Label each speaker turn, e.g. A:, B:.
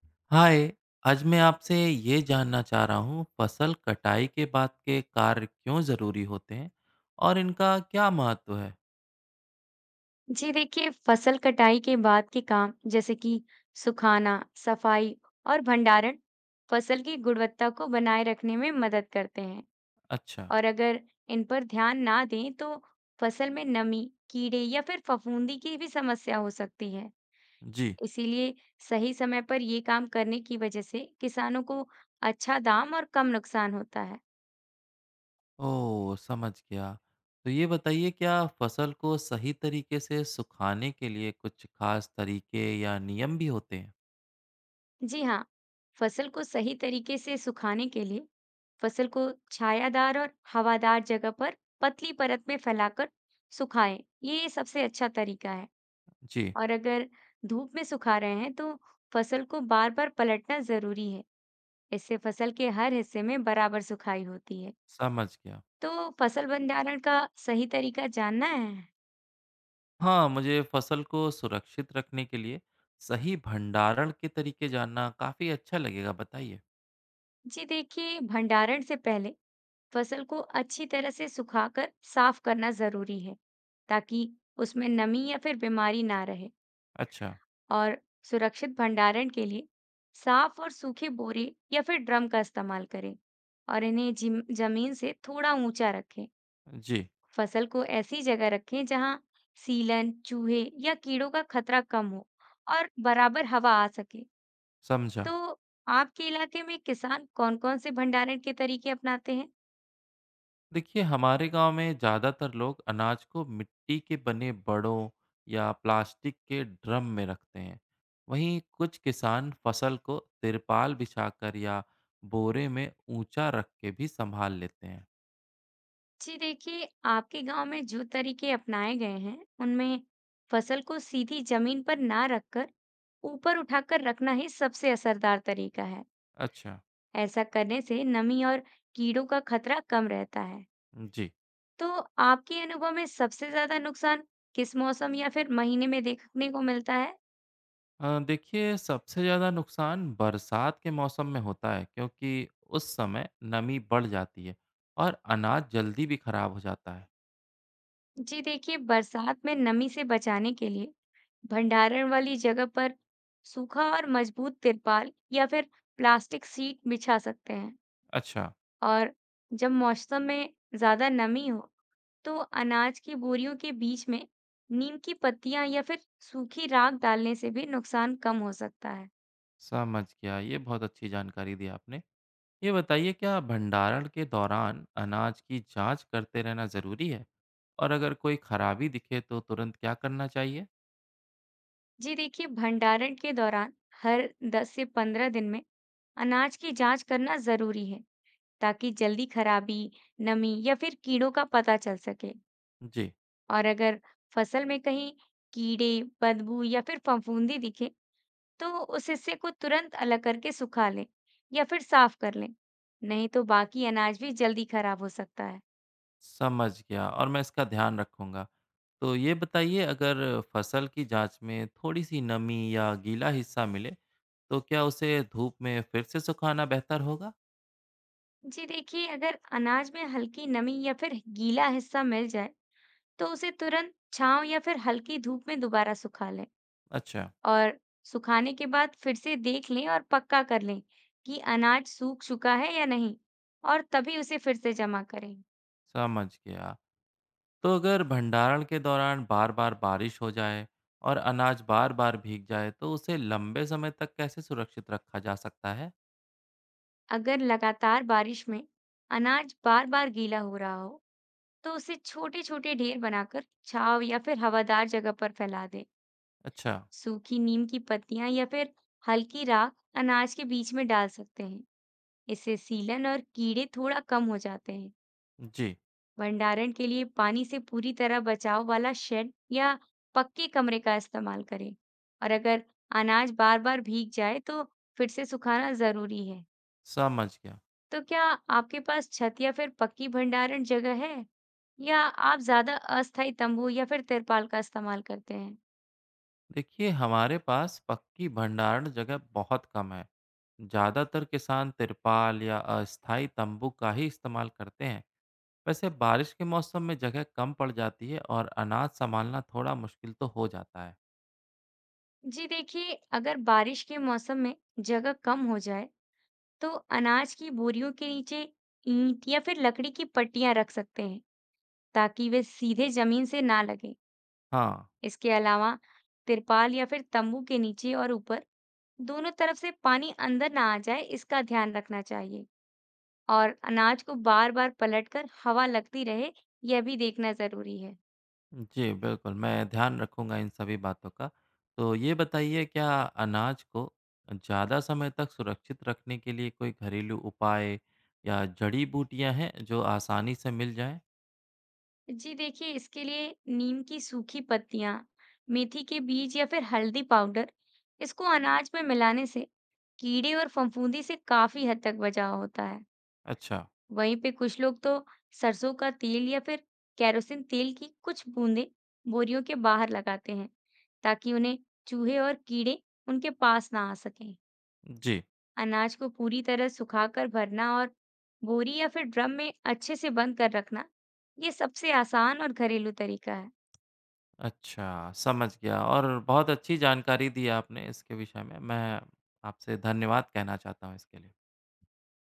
A: हाय। आज मैं आपसे ये जानना चाह रहा हूँ, फसल कटाई के बाद के कार्य क्यों ज़रूरी होते हैं और इनका क्या महत्व है।
B: जी देखिए, फसल कटाई के बाद के काम जैसे कि सुखाना, सफाई और भंडारण फसल की गुणवत्ता को बनाए रखने में मदद करते हैं।
A: अच्छा।
B: और अगर इन पर ध्यान ना दें तो फसल में नमी, कीड़े या फिर फफूंदी की भी समस्या हो सकती है।
A: जी।
B: इसीलिए सही समय पर ये काम करने की वजह से किसानों को अच्छा दाम और कम नुकसान होता है।
A: ओह, समझ गया। तो ये बताइए, क्या फसल को सही तरीके से सुखाने के लिए कुछ खास तरीके या नियम भी होते हैं?
B: जी हाँ, फसल को सही तरीके से सुखाने के लिए फसल को छायादार और हवादार जगह पर पतली परत में फैलाकर सुखाएं। ये सबसे अच्छा तरीका है।
A: जी।
B: और अगर धूप में सुखा रहे हैं तो फसल को बार-बार पलटना जरूरी है। इससे फसल के हर हिस्से में बराबर सुखाई होती है।
A: समझ गया।
B: तो फसल भंडारण का सही तरीका जानना है?
A: हाँ, मुझे फसल को सुरक्षित रखने के लिए सही भंडारण के तरीके जानना काफ़ी अच्छा लगेगा, बताइए।
B: जी देखिए, भंडारण से पहले फसल को अच्छी तरह से सुखाकर साफ करना जरूरी है, ताकि उसमें नमी या फिर बीमारी ना रहे।
A: अच्छा।
B: और सुरक्षित भंडारण के लिए साफ और सूखे बोरे या फिर ड्रम का इस्तेमाल करें, और इन्हें जमीन से थोड़ा ऊंचा रखें।
A: जी।
B: फसल को ऐसी जगह रखें जहां सीलन, चूहे या कीड़ों का खतरा कम हो और बराबर हवा आ सके।
A: समझा।
B: तो आपके इलाके में किसान कौन-कौन से भंडारण के तरीके अपनाते हैं?
A: देखिए, हमारे गांव में ज़्यादातर लोग अनाज को मिट्टी के बने बड़ों या प्लास्टिक के ड्रम में रखते हैं। वहीं कुछ किसान फसल को तिरपाल बिछाकर या बोरे में ऊंचा रख के भी संभाल लेते हैं।
B: जी देखिए, आपके गांव में जो तरीके अपनाए गए हैं उनमें फसल को सीधी जमीन पर ना रखकर ऊपर उठाकर रखना ही सबसे असरदार तरीका है।
A: अच्छा।
B: ऐसा करने से नमी और कीड़ों का खतरा कम रहता है।
A: जी।
B: तो आपके अनुभव में सबसे ज्यादा नुकसान किस मौसम या फिर महीने में देखने को मिलता है?
A: देखिए, सबसे ज़्यादा नुकसान बरसात के मौसम में होता है, क्योंकि उस समय नमी बढ़ जाती है और अनाज जल्दी भी खराब हो जाता है।
B: जी देखिए, बरसात में नमी से बचाने के लिए भंडारण वाली जगह पर सूखा और मजबूत तिरपाल या फिर प्लास्टिक सीट बिछा सकते हैं।
A: अच्छा।
B: और जब मौसम में ज्यादा नमी हो, तो अनाज की बोरियों के बीच में नीम की पत्तियां या फिर सूखी राख डालने से भी नुकसान कम हो सकता है।
A: समझ गया, ये बहुत अच्छी जानकारी दी आपने। ये बताइए, क्या भंडारण के दौरान अनाज की जांच करते रहना ज़रूरी है? और अगर कोई खराबी दिखे तो तुरंत क्या करना चाहिए?
B: जी देखिए, भंडारण के दौरान हर 10 से 15 दिन में अनाज की जांच करना जरूरी है, ताकि जल्दी खराबी, नमी या फिर कीड़ों का पता चल सके।
A: जी।
B: और अगर फसल में कहीं कीड़े, बदबू या फिर फफूंदी दिखे, तो उस हिस्से को तुरंत अलग करके सुखा लें या फिर साफ कर लें, नहीं तो बाकी अनाज भी जल्दी खराब हो सकता है।
A: समझ गया और मैं इसका ध्यान रखूंगा। तो ये बताइए, अगर फसल की जांच में थोड़ी सी नमी या गीला हिस्सा मिले, तो क्या उसे धूप में फिर से सुखाना बेहतर होगा?
B: जी देखिए, अगर अनाज में हल्की नमी या फिर गीला हिस्सा मिल जाए, तो उसे तुरंत छांव या फिर हल्की धूप में दोबारा सुखा लें।
A: अच्छा।
B: और सुखाने के बाद फिर से देख लें और पक्का कर लें कि अनाज सूख चुका है या नहीं, और तभी उसे फिर से जमा करें।
A: समझ गया। तो अगर भंडारण के दौरान बार बार बारिश हो जाए और अनाज बार बार भीग जाए, तो उसे लंबे समय तक कैसे सुरक्षित रखा जा सकता है?
B: अगर लगातार बारिश में अनाज बार-बार गीला हो रहा हो तो उसे छोटे-छोटे ढेर बनाकर छांव या फिर हवादार जगह पर फैला दें।
A: अच्छा।
B: सूखी नीम की पत्तियां या फिर हल्की राख अनाज के बीच में डाल सकते हैं। इससे सीलन और कीड़े थोड़ा कम हो जाते हैं।
A: जी।
B: भंडारण के लिए पानी से पूरी तरह बचाव वाला शेड या पक्के कमरे का इस्तेमाल करें, और अगर अनाज बार-बार भीग जाए तो फिर से सुखाना जरूरी है।
A: समझ गया।
B: तो क्या आपके पास छत या फिर पक्की भंडारण जगह है, या आप ज्यादा अस्थायी तंबू या फिर तिरपाल का इस्तेमाल करते हैं?
A: देखिए, हमारे पास पक्की भंडारण जगह बहुत कम है। ज़्यादातर किसान तिरपाल या अस्थाई तंबू का ही इस्तेमाल करते हैं। वैसे बारिश के मौसम में जगह कम पड़ जाती है और अनाज संभालना थोड़ा मुश्किल तो हो जाता है।
B: जी देखिए, अगर बारिश के मौसम में जगह कम हो जाए, तो अनाज की बोरियों के नीचे ईंट या फिर लकड़ी की पट्टियां रख सकते हैं, ताकि वे सीधे जमीन से ना लगे।
A: हाँ।
B: इसके अलावा तिरपाल या फिर तंबू के नीचे और ऊपर दोनों तरफ से पानी अंदर ना आ जाए, इसका ध्यान रखना चाहिए। और अनाज को बार-बार पलटकर हवा लगती रहे, यह भी देखना जरूरी है।
A: जी, बिल्कुल, मैं ध्यान रखूँगा इन सभी बातों का। तो ये बताइए, क्या अनाज को ज़्यादा समय तक सुरक्षित रखने के लिए कोई घरेलू उपाय या जड़ी-बूटियाँ हैं जो आसानी से मिल जाएँ?
B: जी देखिए, इसके लिए नीम की सूखी पत्तियां, मेथी के बीज या फिर हल्दी पाउडर, इसको अनाज में मिलाने से कीड़े और फफूंदी से काफी हद तक बचाव होता है।
A: अच्छा।
B: वहीं पे कुछ लोग तो सरसों का तेल या फिर कैरोसिन तेल की कुछ बूंदें बोरियों के बाहर लगाते हैं, ताकि उन्हें चूहे और कीड़े उनके पास ना आ सकें।
A: जी।
B: अनाज को पूरी तरह सुखाकर भरना और बोरी या फिर ड्रम में अच्छे से बंद कर रखना, ये सबसे आसान और घरेलू तरीका है।
A: अच्छा, समझ गया और बहुत अच्छी जानकारी दी आपने इसके विषय में। मैं आपसे धन्यवाद कहना चाहता हूँ इसके लिए।